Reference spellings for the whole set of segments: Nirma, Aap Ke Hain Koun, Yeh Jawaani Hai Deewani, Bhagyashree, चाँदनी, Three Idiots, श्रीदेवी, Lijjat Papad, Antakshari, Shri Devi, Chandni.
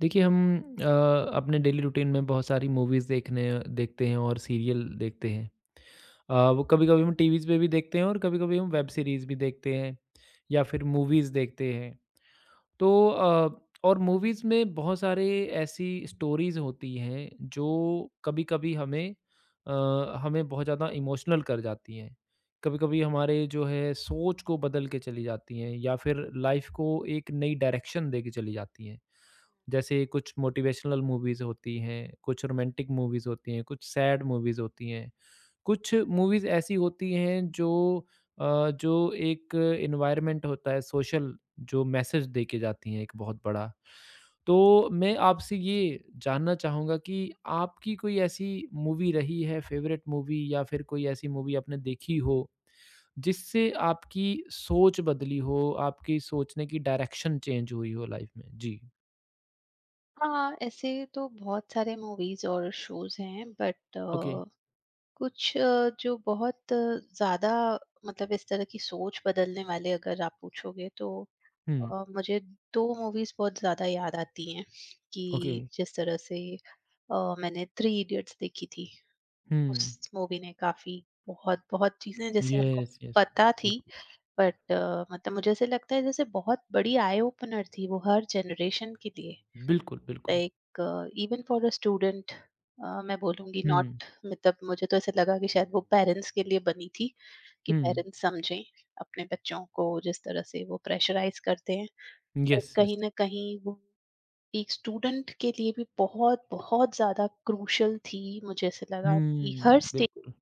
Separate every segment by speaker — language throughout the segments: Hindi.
Speaker 1: देखिए हम अ, अपने डेली रूटीन में बहुत सारी मूवीज़ देखने देखते हैं और सीरियल देखते हैं। वो कभी-कभी हम टीवीज़ पे भी देखते हैं और कभी-कभी हम वेब सीरीज़ भी देखते हैं या फिर मूवीज़ देखते हैं। तो और मूवीज़ में बहुत सारे ऐसी स्टोरीज़ होती हैं जो कभी-कभी अ, हमें बहुत ज़्यादा इमोशनल कर जाती हैं। कभी-कभी हमारे जो है सोच को बदल के चली जाती हैं या फिर लाइफ़ को एक नई डायरेक्शन दे के चली जाती हैं। जैसे कुछ मोटिवेशनल मूवीज़ होती हैं, कुछ रोमांटिक मूवीज़ होती हैं, कुछ सैड मूवीज़ होती हैं। कुछ मूवीज़ ऐसी होती हैं जो जो एक एनवायरनमेंट होता है सोशल जो मैसेज दे के जाती हैं एक बहुत बड़ा। तो मैं आपसे ये जानना चाहूँगा कि आपकी कोई ऐसी मूवी रही है फ़ेवरेट मूवी या फिर कोई ऐसी मूवी आपने देखी हो, जिससे आपकी सोच बदली हो, आपकी सोचने की डायरेक्शन चेंज हुई हो लाइफ़ में? जी।
Speaker 2: हाँ, ऐसे तो बहुत सारे मूवीज़ और शोज़ हैं, बट
Speaker 1: ओके।
Speaker 2: कुछ जो बहुत ज़्यादा, मतलब इस तरह की सोच बदलने वाले अगर आप पूछोगे, तो
Speaker 1: हुँ,
Speaker 2: मुझे 2 मूवीज़ बहुत ज़्यादा याद आती हैं, कि
Speaker 1: ओके।
Speaker 2: जिस तरह से मैंने थ्री इडियट्स देखी थी।
Speaker 1: हुँ,
Speaker 2: उस मूवी ने काफ़ी बहुत बहुत चीज़ें, जैसे हमको
Speaker 1: येस, येस।
Speaker 2: पता थी,
Speaker 1: बिल्कुल,
Speaker 2: बट मतलब मुझे ऐसे लगता है, जैसे बहुत बड़ी आई ओपनर थी वो हर जनरेशन के लिए।
Speaker 1: बिल्कुल, बिल्कुल।
Speaker 2: Like even for a student मैं बोलूँगी,
Speaker 1: हुँ,
Speaker 2: नॉट मतलब मुझे तो ऐसा लगा कि शायद वो पेरेंट्स के लिए बनी थी, कि
Speaker 1: हुँ,
Speaker 2: पेरेंट्स समझें अपने बच्चों को जिस तरह से वो प्रेशराइज करते हैं, और
Speaker 1: येस, येस।
Speaker 2: कहीं ना कहीं वो एक स्टूडेंट के लिए भी बहुत बहुत ज़्यादा क्रूशल थी। मुझे ऐसा लगा कि हर
Speaker 1: हुँ,
Speaker 2: स्टेज
Speaker 1: बिल्कुल।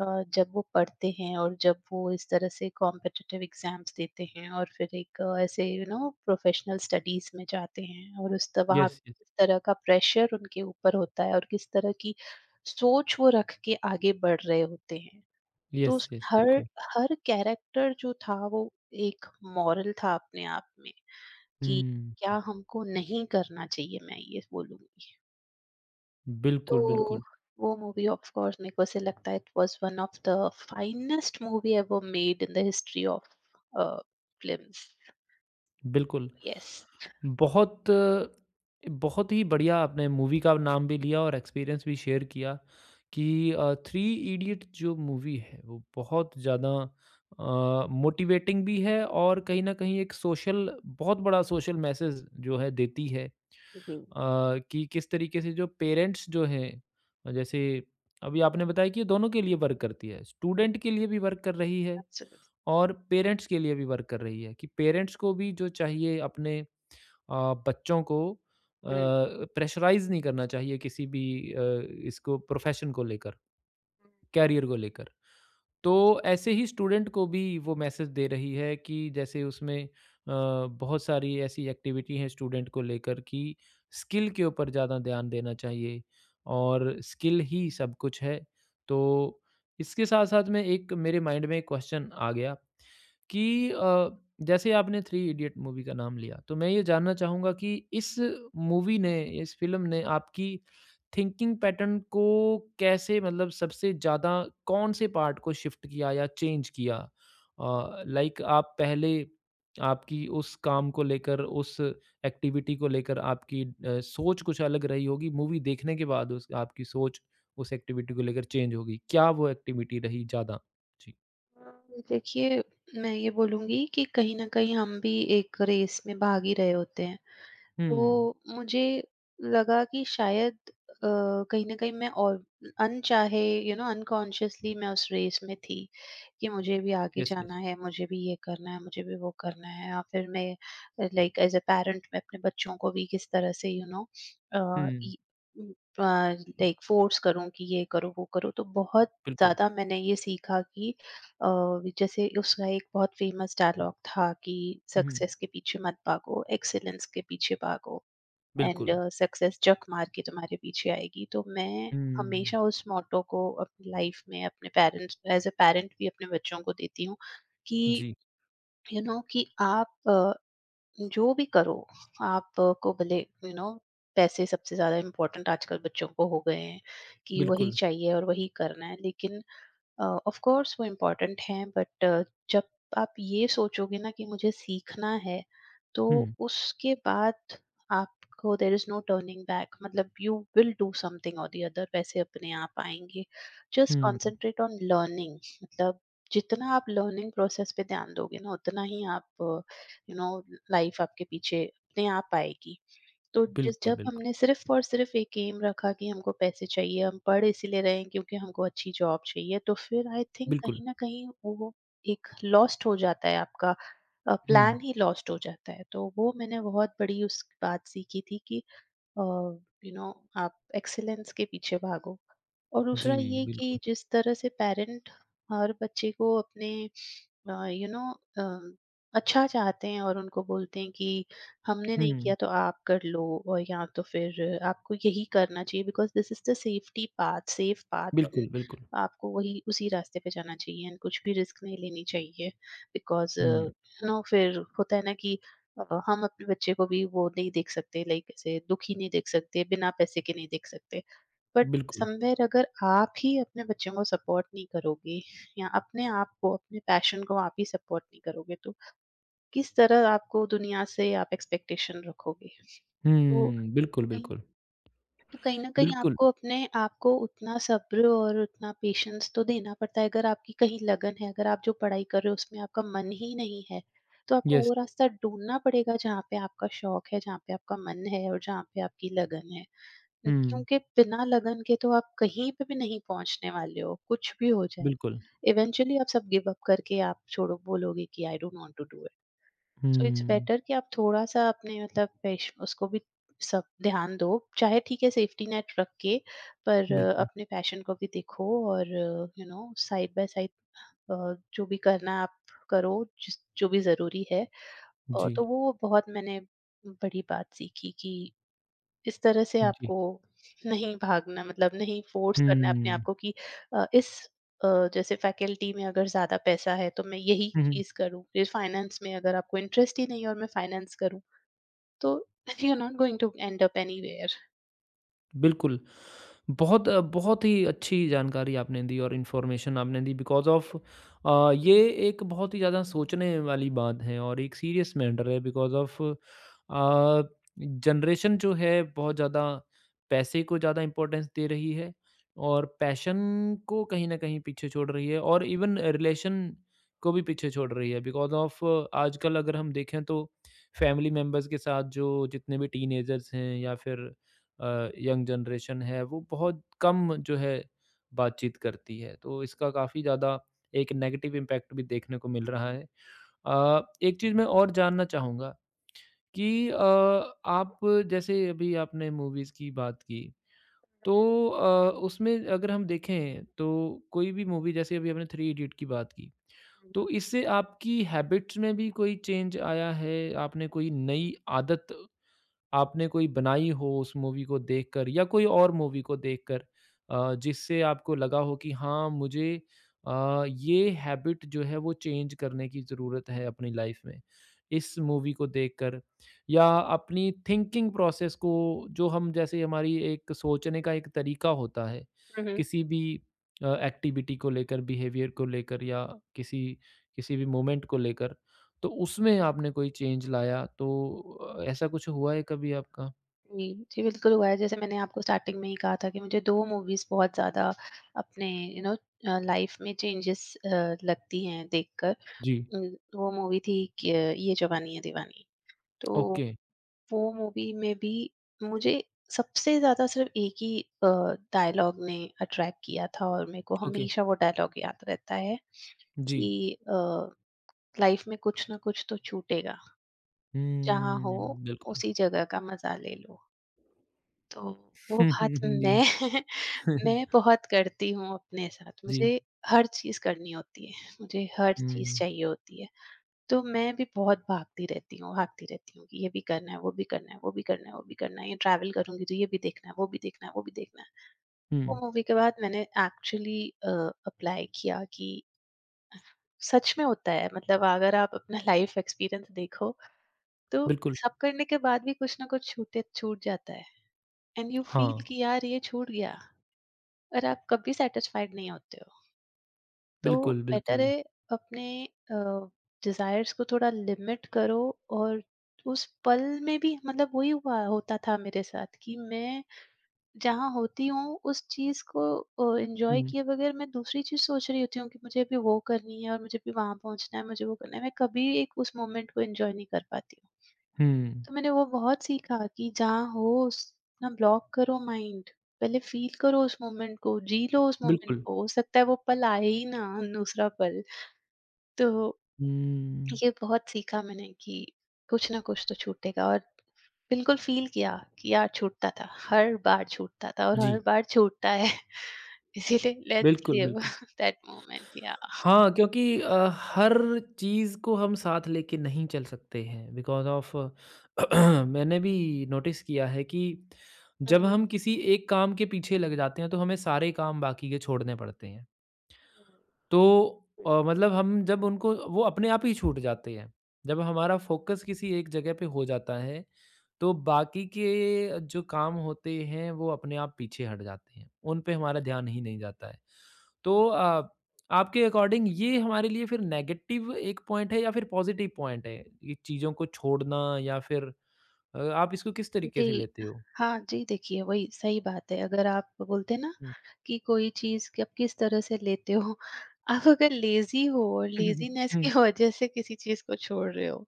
Speaker 2: अ, जब वो पढ़ते हैं, और जब वो इस तरह से कॉम्पिटिटिव एग्जाम्स देते हैं, और फिर एक ऐसे प्रोफेशनल स्टडीज में जाते हैं, और उस तरह वहाँ
Speaker 1: येस, येस।
Speaker 2: किस तरह का प्रेशर उनके ऊपर होता है, और किस तरह की सोच वो रख के आगे बढ़ रहे होते हैं। तो
Speaker 1: येस, येस,
Speaker 2: हर
Speaker 1: बिल्कुल।
Speaker 2: हर कैरेक्टर जो था, वो एक मॉरल था अपने आप में, कि
Speaker 1: हुँ,
Speaker 2: क्या हमको नहीं करना चाहिए, मैं ये बोलूंगी। तो
Speaker 1: बिल्कुल, बिल्कुल,
Speaker 2: वो मूवी, ऑफ कोर्स, मेरे को ऐसे लगता है, it was one of the finest movie ever made in the history of films.
Speaker 1: बिल्कुल।
Speaker 2: यस।
Speaker 1: बहुत बहुत ही बढ़िया आपने मूवी का नाम भी लिया और एक्सपीरियंस भी शेयर किया कि थ्री इडियट जो मूवी है, वो बहुत ज़्यादा मोटिवेटिंग भी है और कहीं न कहीं एक सोशल बहुत बड़ा सोशल मैसेज जो है देती है।
Speaker 2: जी।
Speaker 1: कि किस तरीके से जो पेरेंट्स जो हैं जैसे अभी आपने बताया कि ये दोनों के लिए वर्क करती है स्टूडेंट के लिए भी वर्क कर रही है
Speaker 2: एब्सोल्युटली।
Speaker 1: और पेरेंट्स के लिए भी वर्क कर रही है कि पेरेंट्स को भी जो चाहिए अपने बच्चों को
Speaker 2: हम्म।
Speaker 1: प्रेशराइज नहीं करना चाहिए किसी भी अ, इसको प्रोफेशन को लेकर कैरियर को लेकर तो ऐसे ही स्टूडेंट को भी वो मैसेज दे रही है कि जैसे उसमें अ, बहुत सारी ऐसी एक्टिविटी हैं स्टूडेंट को लेकर कि स्किल के ऊपर ज़्यादा ध्यान देना चाहिए और स्किल ही सब कुछ है। तो इसके साथ-साथ में एक मेरे माइंड में एक क्वेश्चन आ गया कि जैसे आपने थ्री इडियट मूवी का नाम लिया, तो मैं ये जानना चाहूँगा कि इस मूवी ने, इस फ़िल्म ने आपकी थिंकिंग पैटर्न को कैसे मतलब सबसे ज़्यादा कौन-से पार्ट को शिफ्ट किया या चेंज किया? लाइक आप पहले आपकी उस काम को लेकर, उस एक्टिविटी को लेकर आपकी सोच कुछ अलग रही होगी, मूवी देखने के बाद उस आपकी सोच उस एक्टिविटी को लेकर चेंज होगी। क्या वो एक्टिविटी रही ज़्यादा? जी।
Speaker 2: देखिए, मैं ये बोलूंगी कि कहीं ना कहीं हम भी एक रेस में भाग ही रहे होते हैं।
Speaker 1: हुँ।
Speaker 2: तो मुझे लगा कि शायद अ, कहीं न कहीं मैं, और अनचाहे, अनकॉन्शियसली मैं उस रेस में थी, कि मुझे भी आगे
Speaker 1: यस, यस।
Speaker 2: जाना है, मुझे भी ये करना है, मुझे भी वो करना है, या फिर मैं लाइक एज़ अ पैरेंट, मैं अपने बच्चों को भी किस तरह से अ,
Speaker 1: हुँ,
Speaker 2: इ लाइक फ़ोर्स करूँ कि ये करो, वो करो। तो बहुत
Speaker 1: बिल्कुल।
Speaker 2: ज़्यादा मैंने ये सीखा कि अ, जैसे उसका एक बहुत फेमस डायलॉग था कि
Speaker 1: हुँ, हुँ।
Speaker 2: सक्सेस के पीछे मत भागो, एक्सीलेंस के पीछे भागो, एंड
Speaker 1: बिल्कुल।
Speaker 2: सक्सेस जक मार के तुम्हारे पीछे आएगी। तो मैं
Speaker 1: हुँ।
Speaker 2: हमेशा उस मोटो को अपनी लाइफ में, अपने पेरेंट्स, एज अ पेरेंट, भी अपने बच्चों को देती हूँ, कि
Speaker 1: जी,
Speaker 2: कि आप जो भी करो, आप को भले, यू नो पैसे सबसे ज्यादा इम्पोर्टेंट आजकल बच्चों को हो गए हैं, कि वही
Speaker 1: बिल्कुल।
Speaker 2: चाहिए और वही करना है, लेकिन ऑफ कोर्स वो इम्पोर्टेंट हैं, बट जब आप ये सोचोगे ना कि मुझे सीखना है, तो
Speaker 1: हुँ,
Speaker 2: उसके बाद आपको, there is no turning back, मतलब यू विल डू समथिंग, और दी अदर पैसे अपने आप आएंगे। Just
Speaker 1: hmm.
Speaker 2: Concentrate on learning, मतलब जितना आप लर्निंग प्रोसेस पे ध्यान दोगे ना, उतना ही आप, यू नो लाइफ आपके पीछे अपने आप आएगी। तो जिस
Speaker 1: बिल्कुल,
Speaker 2: जब
Speaker 1: बिल्कुल।
Speaker 2: हमने सिर्फ़ और सिर्फ़ एक एम रखा कि हमको पैसे चाहिए, हम पढ़ इसीलिए रहे हैं क्योंकि हमको अच्छी जॉब चाहिए, तो फिर आई थिंक
Speaker 1: बिल्कुल।
Speaker 2: कहीं न कहीं वो एक लॉस्ट हो जाता है आपका, प्लान
Speaker 1: हुँ।
Speaker 2: ही लॉस्ट हो जाता है। तो वो मैंने बहुत बड़ी उस बात सीखी थी, कि अ, यू नो आप एक्सीलेंस के पीछे भागो। और
Speaker 1: जी,
Speaker 2: दूसरा ये
Speaker 1: बिल्कुल।
Speaker 2: कि जिस तरह से पेरेंट हर बच्चे को अपने, यू नो अच्छा चाहते हैं, और उनको बोलते हैं कि हमने नहीं
Speaker 1: हुँ,
Speaker 2: किया तो आप कर लो, और या तो फिर आपको यही करना चाहिए, because this is the safe path, and
Speaker 1: बिल्कुल, बिल्कुल।
Speaker 2: आपको वही उसी रास्ते पे जाना चाहिए, एंड कुछ भी रिस्क नहीं लेनी चाहिए, बिकॉज
Speaker 1: हुँ,
Speaker 2: फिर होता है ना, कि हम अपने बच्चे को भी वो नहीं देख सकते, लाइक ऐसे दुखी नहीं देख सकते, बिना पैसे के नहीं देख सकते, बट
Speaker 1: बिल्कुल।
Speaker 2: समवेयर अगर आप ही अपने बच्चों को सपोर्ट नहीं करोगे, या अपने आप को, अपने पैशन को आप ही सपोर्ट नहीं करोगे, तो किस तरह आपको दुनिया से आप एक्सपेक्टेशन रखोगे? तो
Speaker 1: हुँ, बिल्कुल,
Speaker 2: कहीं,
Speaker 1: बिल्कुल।
Speaker 2: न कहीं
Speaker 1: बिल्कुल,
Speaker 2: आपको अपने आप को उतना सब्र और उतना पेशेंस तो देना पड़ता है। अगर आपकी कहीं लगन है, अगर आप जो पढ़ाई कर रहे हो उसमें आपका मन ही नहीं है, तो आपको
Speaker 1: यस।
Speaker 2: वो रास्ता ढूँढना पड़ेगा जहाँ पे आपका शौक है, जहाँ पे आपका मन है, और जहाँ पे आपकी लगन है।
Speaker 1: हुँ,
Speaker 2: क्योंकि बिना लगन के तो आप कहीं पे भी नहीं पहुँचने वाले हो, कुछ भी हो जाए।
Speaker 1: बिल्कुल।
Speaker 2: इवेंचुअली आप सब गिव अप करके आप छोड़ो, बोलोगे कि I don't want to do it. So it's
Speaker 1: hmm,
Speaker 2: better कि आप थोड़ा-सा अपने, मतलब पेश उसको भी सब ध्यान दो, चाहे ठीक है सेफ्टी नेट रख के, पर
Speaker 1: बिल्कुल।
Speaker 2: अपने पैशन को भी देखो, और साइड बाय साइड जो भी करना है आप करो, जिस जो भी ज़रूरी है।
Speaker 1: जी,
Speaker 2: तो वो बहुत मैंने बड़ी बात सीखी कि इस तरह से
Speaker 1: जी।
Speaker 2: आपको नहीं भागना, मतलब नहीं फोर्स करना है अपने आप
Speaker 1: हुँ।
Speaker 2: को, कि अ, इस जैसे फैकल्टी में अगर ज़्यादा पैसा है तो मैं यही
Speaker 1: हुँ, हुँ।
Speaker 2: चीज़ करूँ। फिर फाइनेंस में अगर आपको इंटरेस्ट ही नहीं है, और मैं फाइनेंस करूँ, तो you are not going to end up anywhere.
Speaker 1: बिल्कुल। बहुत बहुत ही अच्छी जानकारी आपने दी और इन्फॉर्मेशन आपने दी बिकॉज़ ऑफ़ ये एक बहुत ही ज़्यादा सोचने वाली बात है और एक सीरियस मैटर है बिकॉज़ ऑफ़ जनरेशन जो है बहुत ज़्यादा पैसे को ज़्यादा इम्पोर्टेंस दे रही है और पैशन को कहीं न कहीं पीछे छोड़ रही है और इवन रिलेशन को भी पीछे छोड़ रही है बिकॉज़ ऑफ़ आजकल अगर हम देखें तो फैमिली मेंबर्स के साथ जो जितने भी टीनेजर्स हैं या फिर यंग जनरेशन है वो बहुत कम जो है बातचीत करती है तो इसका काफ़ी ज़्यादा एक नेगेटिव इम्पैक्ट भी देखने को मिल रहा है एक चीज़ मैं और जानना चाहूँगा कि आप जैसे अभी आपने मूवीज़ की बात की तो उसमें अगर हम देखें तो कोई भी मूवी जैसे अभी हमने थ्री इडियट की बात की
Speaker 2: हुँ, हुँ।
Speaker 1: तो इससे आपकी हैबिट्स में भी कोई चेंज आया है आपने कोई नई आदत आपने कोई बनाई हो उस मूवी को देखकर या कोई और मूवी को देखकर जिससे आपको लगा हो कि हाँ मुझे ये हैबिट जो है वो चेंज करने की ज़रूरत है अपनी लाइफ में इस मूवी को देखकर या अपनी थिंकिंग प्रोसेस को जो हम जैसे हमारी एक सोचने का एक तरीका होता है
Speaker 2: हुँ, हुँ।
Speaker 1: किसी भी एक्टिविटी को लेकर बिहेवियर को लेकर या किसी किसी भी मोमेंट को लेकर तो उसमें आपने कोई चेंज लाया तो ऐसा कुछ हुआ है कभी आपका?
Speaker 2: जी, जी, बिल्कुल हुआ है। जैसे मैंने आपको स्टार्टिंग में ही कहा था कि मुझे 2 मूवीज़ बहुत ज़्यादा अपने, लाइफ़ में चेंजेस लगती हैं देखकर।
Speaker 1: जी,
Speaker 2: उम, वो मूवी थी क ये जवानी है दीवानी। तो
Speaker 1: ओके,
Speaker 2: वो मूवी में भी मुझे सबसे ज़्यादा सिर्फ़ एक ही डायलॉग ने अट्रैक्ट किया था, और मेरे को
Speaker 1: ओके,
Speaker 2: हमेशा वो डायलॉग याद रहता है,
Speaker 1: जी।
Speaker 2: कि अ, लाइफ़ में कुछ ना कुछ तो छूटेगा, जहाँ हो
Speaker 1: बिल्कुल।
Speaker 2: उसी जगह का मज़ा ले लो। तो वो बात
Speaker 1: जी।
Speaker 2: मैं मैं बहुत करती हूँ अपने साथ,
Speaker 1: जी।
Speaker 2: मुझे हर चीज़ करनी होती है, मुझे हर चीज़
Speaker 1: हुँ,
Speaker 2: चाहिए होती है। तो मैं भी बहुत भागती रहती हूँ, भागती रहती हूँ, कि ये भी करना है, वो भी करना है, वो भी करना है, वो भी करना है, ये ट्रैवल करूँगी तो ये भी देखना है, वो भी देखना है, वो भी देखना है।
Speaker 1: हुँ,
Speaker 2: वो मूवी के बाद मैंने एक्चुअली अप्लाई किया कि सच में होता है, मतलब अगर आप अपना लाइफ एक्सपीरियंस देखो, तो
Speaker 1: बिल्कुल।
Speaker 2: सब करने के बाद भी कुछ ना कुछ छूट जाता है। एंड यू फील
Speaker 1: हाँ,
Speaker 2: कि यार ये छूट गया, और आप कभी सेटिस्फाइड नहीं होते हो। तो
Speaker 1: बिल्कुल,
Speaker 2: बेटर
Speaker 1: बिल्कुल।
Speaker 2: है अपने डिजायर्स को थोड़ा लिमिट करो, और उस पल में भी, मतलब वही हुआ होता था मेरे साथ कि मैं जहाँ होती हूँ उस चीज को एंजॉय
Speaker 1: हुँ,
Speaker 2: किए बगैर मैं दूसरी चीज सोच रही होती हूँ, कि मुझे अभी वो करनी है, और मुझे भी वहां पहुंचना है, मुझे वो करना है, मैं कभी एक उस मोमेंट को एंजॉय नहीं कर पाती हूँ।
Speaker 1: हुँ,
Speaker 2: तो मैंने वो बहुत सीखा कि जहाँ हो ना ब्लॉक करो माइंड, पहले फील करो उस मोमेंट को, जी लो उस मोमेंट
Speaker 1: बिल्कुल।
Speaker 2: को, हो सकता है वो पल आए ही ना दूसरा पल। तो
Speaker 1: हुँ,
Speaker 2: ये बहुत सीखा मैंने कि कुछ ना कुछ तो छूटेगा, और बिल्कुल फील किया कि यार छूटता था, हर बार छूटता था, और
Speaker 1: जी,
Speaker 2: हर बार छूटता है। इसीलिए लेट्स
Speaker 1: बिल्कुल,
Speaker 2: लिव
Speaker 1: बिल्कुल।
Speaker 2: दैट मोमेंट, या
Speaker 1: हाँ, क्योंकि हर चीज़ को हम साथ लेके नहीं चल सकते हैं बिकॉज़ ऑफ़ मैंने भी नोटिस किया है कि
Speaker 2: हुँ,
Speaker 1: जब हम किसी एक काम के पीछे लग जाते हैं, तो हमें सारे काम बाकी के छोड़ने पड़ते हैं। तो मतलब हम जब उनको वो अपने आप ही छूट जाते हैं। जब हमारा फ़ोकस किसी एक जगह पे हो जाता है, तो बाकी के जो काम होते हैं, वो अपने आप पीछे हट जाते हैं। उन पे हमारा ध्यान ही नहीं जाता है। तो आपके अकॉर्डिंग ये हमारे लिए फिर नेगेटिव एक पॉइंट है या फिर पॉजिटिव पॉइंट है? ये चीज़ों को छोड़ना या फिर आप इसको किस तरीके से
Speaker 2: जी।
Speaker 1: लेते हो?
Speaker 2: हाँ जी, देखिए, वही सही बात है। अगर आप बोलते हैं ना
Speaker 1: हुँ।
Speaker 2: कि कोई चीज़, कि आप किस तरह से लेते हो, आप अगर लेज़ी हो और
Speaker 1: हुँ,
Speaker 2: लेज़ीनेस की
Speaker 1: हुँ।
Speaker 2: वजह से किसी चीज़ को छोड़ रहे हो,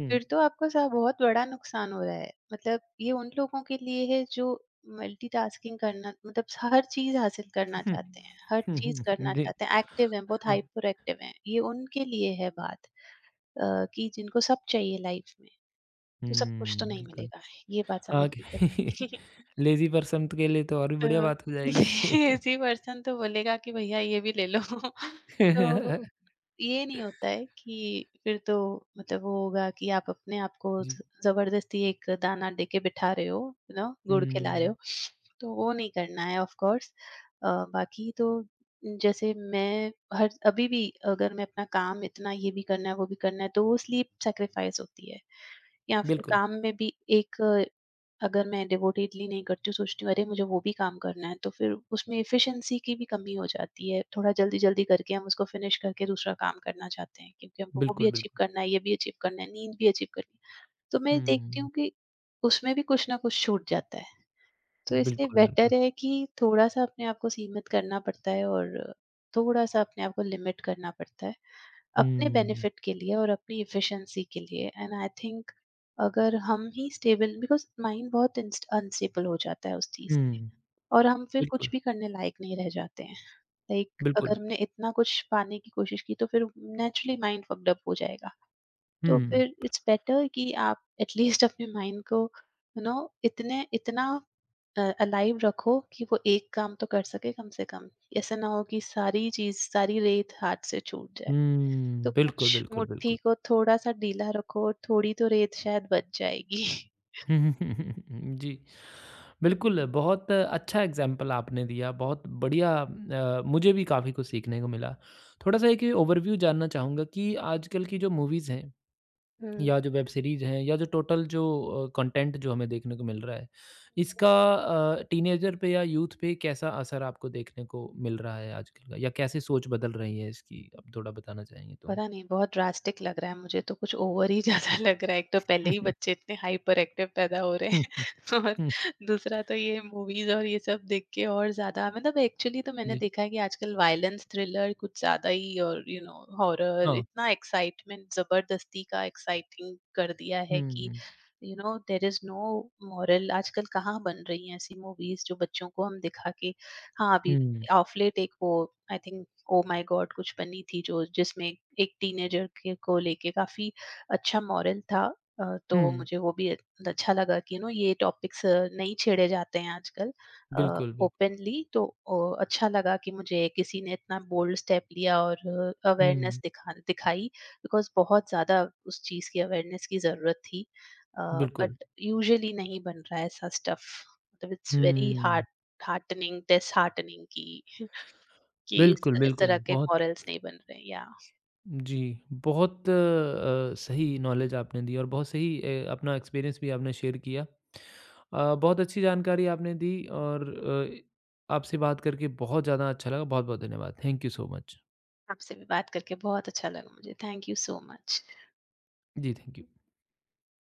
Speaker 1: हुँ,
Speaker 2: फिर तो आपका सा बहुत बड़ा नुकसान हो रहा है। मतलब ये उन लोगों के लिए है जो मल्टीटास्किंग करना, मतलब हर चीज़ हासिल करना
Speaker 1: हुँ।
Speaker 2: चाहते हैं, हर
Speaker 1: हुँ,
Speaker 2: चीज़ करना
Speaker 1: जी।
Speaker 2: चाहते हैं, एक्टिव हैं, बहुत हाइपर एक्टिव हैं। ये उनके लिए है बात, कि जिनको सब चाहिए लाइफ में, तो सब कुछ तो
Speaker 1: हुँ,
Speaker 2: नहीं
Speaker 1: बिल्कुल।
Speaker 2: मिलेगा। ये बात
Speaker 1: हाँ, कि
Speaker 2: समझनी पड़ती है।
Speaker 1: लेज़ी पर्सन के लिए तो और भी
Speaker 2: तो
Speaker 1: बढ़िया बात हो जाएगी।
Speaker 2: लेज़ी पर्सन तो बोलेगा कि भैया ये भी ले लो। तो ये नहीं होता है, कि फिर तो, मतलब वो होगा कि आप अपने आप को
Speaker 1: जी।
Speaker 2: जबरदस्ती एक दाना देके बिठा रहे हो, गुड़ खिला रहे
Speaker 1: हुँ,
Speaker 2: हो, तो वो नहीं करना है ऑफ कोर्स। बाकी तो, जैसे मैं हर अभी भी अगर मैं अपना काम इतना, ये भी करना है वो भी करना है, तो वो स्लीप सेक्रीफाइस होती है, या फिर
Speaker 1: बिल्कुल,
Speaker 2: काम में भी एक, अगर मैं डेवोटेडली नहीं करती हूँ, सोचती हूँ अरे मुझे वो भी काम करना है, तो फिर उसमें एफिशिएंसी की भी कमी हो जाती है। थोड़ा जल्दी-जल्दी करके हम उसको फिनिश करके दूसरा काम करना चाहते हैं, क्योंकि हमको वो भी
Speaker 1: बिल्कुल, बिल्कुल।
Speaker 2: अचीव करना है, ये भी अचीव करना है, नींद भी अचीव करनी है। तो मैं देखती
Speaker 1: हुँ,
Speaker 2: हूँ कि उसमें भी कुछ ना कुछ छूट जाता है। तो इसलिए
Speaker 1: बिल्कुल, बिल्कुल।
Speaker 2: बेटर है कि थोड़ा-सा अपने आप को सीमित करना पड़ता है, और थोड़ा-सा अपने आप को लिमिट करना पड़ता है, अपने
Speaker 1: हुँ,
Speaker 2: बेनिफिट के लिए और अपनी एफिशिएंसी के लिए। एंड आई थिंक अगर हम ही स्टेबल, बिकॉज माइंड बहुत अनस्टेबल हो जाता है उस चीज से,
Speaker 1: हुँ,
Speaker 2: और हम फिर कुछ
Speaker 1: बिल्कुल,
Speaker 2: भी करने लायक नहीं रह जाते हैं। Like,
Speaker 1: बिल्कुल।
Speaker 2: अगर हमने इतना कुछ पाने की कोशिश की, तो फिर नेचुरली माइंड फकडअप अप हो जाएगा। तो
Speaker 1: हुँ।
Speaker 2: फिर इट्स बेटर कि आप एटलीस्ट अपने माइंड को यू नो इतने इतना अलाइव रखो कि वो एक काम तो कर सके कम से कम, ऐसा ना हो कि सारी रेत हाथ से छूट जाए। तो
Speaker 1: हुँ, बिल्कुल,
Speaker 2: कुछ
Speaker 1: बिल्कुल,
Speaker 2: मुट्ठी
Speaker 1: बिल्कुल।
Speaker 2: को थोड़ा-सा ढीला रखो, और थोड़ी तो रेत शायद बच जाएगी।
Speaker 1: हुँ, हुँ, हुँ, हुँ, हुँ, जी। बिल्कुल, बहुत अच्छा एग्ज़ाम्पल आपने दिया, बहुत बढ़िया मुझे भी काफ़ी कुछ सीखने को मिला। थोड़ा-सा एक ओवरव्यू जानना चाहूँगा कि आजकल की जो मूवीज़ हैं
Speaker 2: हुँ।
Speaker 1: या जो वेब सीरीज़ हैं या जो टोटल जो कंटेंट जो हमें देखने को मिल रहा है, इसका टीनेजर पे या यूथ पे कैसा असर आपको देखने को मिल रहा है आजकल का या कैसे सोच बदल रही है इसकी? आप थोड़ा बताना चाहेंगे तो?
Speaker 2: पता नहीं, बहुत ड्रास्टिक लग रहा है मुझे, तो कुछ ओवर ही ज़्यादा लग रहा है। एक तो पहले ही
Speaker 1: हुँ,
Speaker 2: बच्चे इतने हाइपर एक्टिव पैदा हो रहे हैं
Speaker 1: हुँ, हुँ,
Speaker 2: और
Speaker 1: हुँ, हुँ,
Speaker 2: दूसरा तो ये मूवीज़ और ये सब देख के और ज़्यादा, मतलब एक्चुअली तो मैंने
Speaker 1: जी।
Speaker 2: देखा है कि आजकल वायलेंस, थ्रिलर कुछ ज़्यादा ही, और हॉरर,
Speaker 1: हाँ।
Speaker 2: इतना एक्साइटमेंट, ज़बरदस्ती का एक्साइटिंग कर दिया
Speaker 1: हुँ,
Speaker 2: है कि
Speaker 1: हुँ।
Speaker 2: There is no moral. आजकल कहाँ बन रही हैं ऐसी मूवीज़ जो बच्चों को हम दिखा के, हाँ, अभी
Speaker 1: हुँ।
Speaker 2: ऑफ लेट एक वो I think oh my God कुछ बनी थी, जो जिसमें एक टीनेजर के को लेके काफी अच्छा मॉरल था। तो
Speaker 1: हुँ,
Speaker 2: मुझे वो भी अच्छा लगा कि नो, ये टॉपिक्स नहीं छेड़े जाते हैं आजकल
Speaker 1: बिल्कुल, बिल्कुल।
Speaker 2: ओपनली, तो अच्छा लगा कि मुझे किसी ने इतना बोल्ड स्टेप लिया, और
Speaker 1: हुँ,
Speaker 2: अवेयरनेस दिखाई, बिकॉज बहुत ज़्यादा उस चीज़ की अवेयरनेस की ज़रूरत थी,
Speaker 1: बिल्कुल।
Speaker 2: बट यूजुअली नहीं बन रहा है ऐसा स्टफ। मतलब it's very
Speaker 1: hmm,
Speaker 2: hard, disheartening कि कि इस
Speaker 1: बिल्कुल,
Speaker 2: इस तरह
Speaker 1: बिल्कुल।
Speaker 2: के
Speaker 1: बहुत
Speaker 2: मॉरल्स नहीं बन रहे, या
Speaker 1: जी, बहुत सही नॉलेज आपने दी और बहुत सही अपना एक्सपीरियंस भी आपने शेयर किया। बहुत अच्छी जानकारी आपने दी और आपसे बात करके बहुत ज़्यादा अच्छा लगा। बहुत-बहुत धन्यवाद। Thank you so much.
Speaker 2: आपसे भी बात करके बहुत अच्छा लगा मुझे। Thank you so much.
Speaker 1: जी, थैंक यू।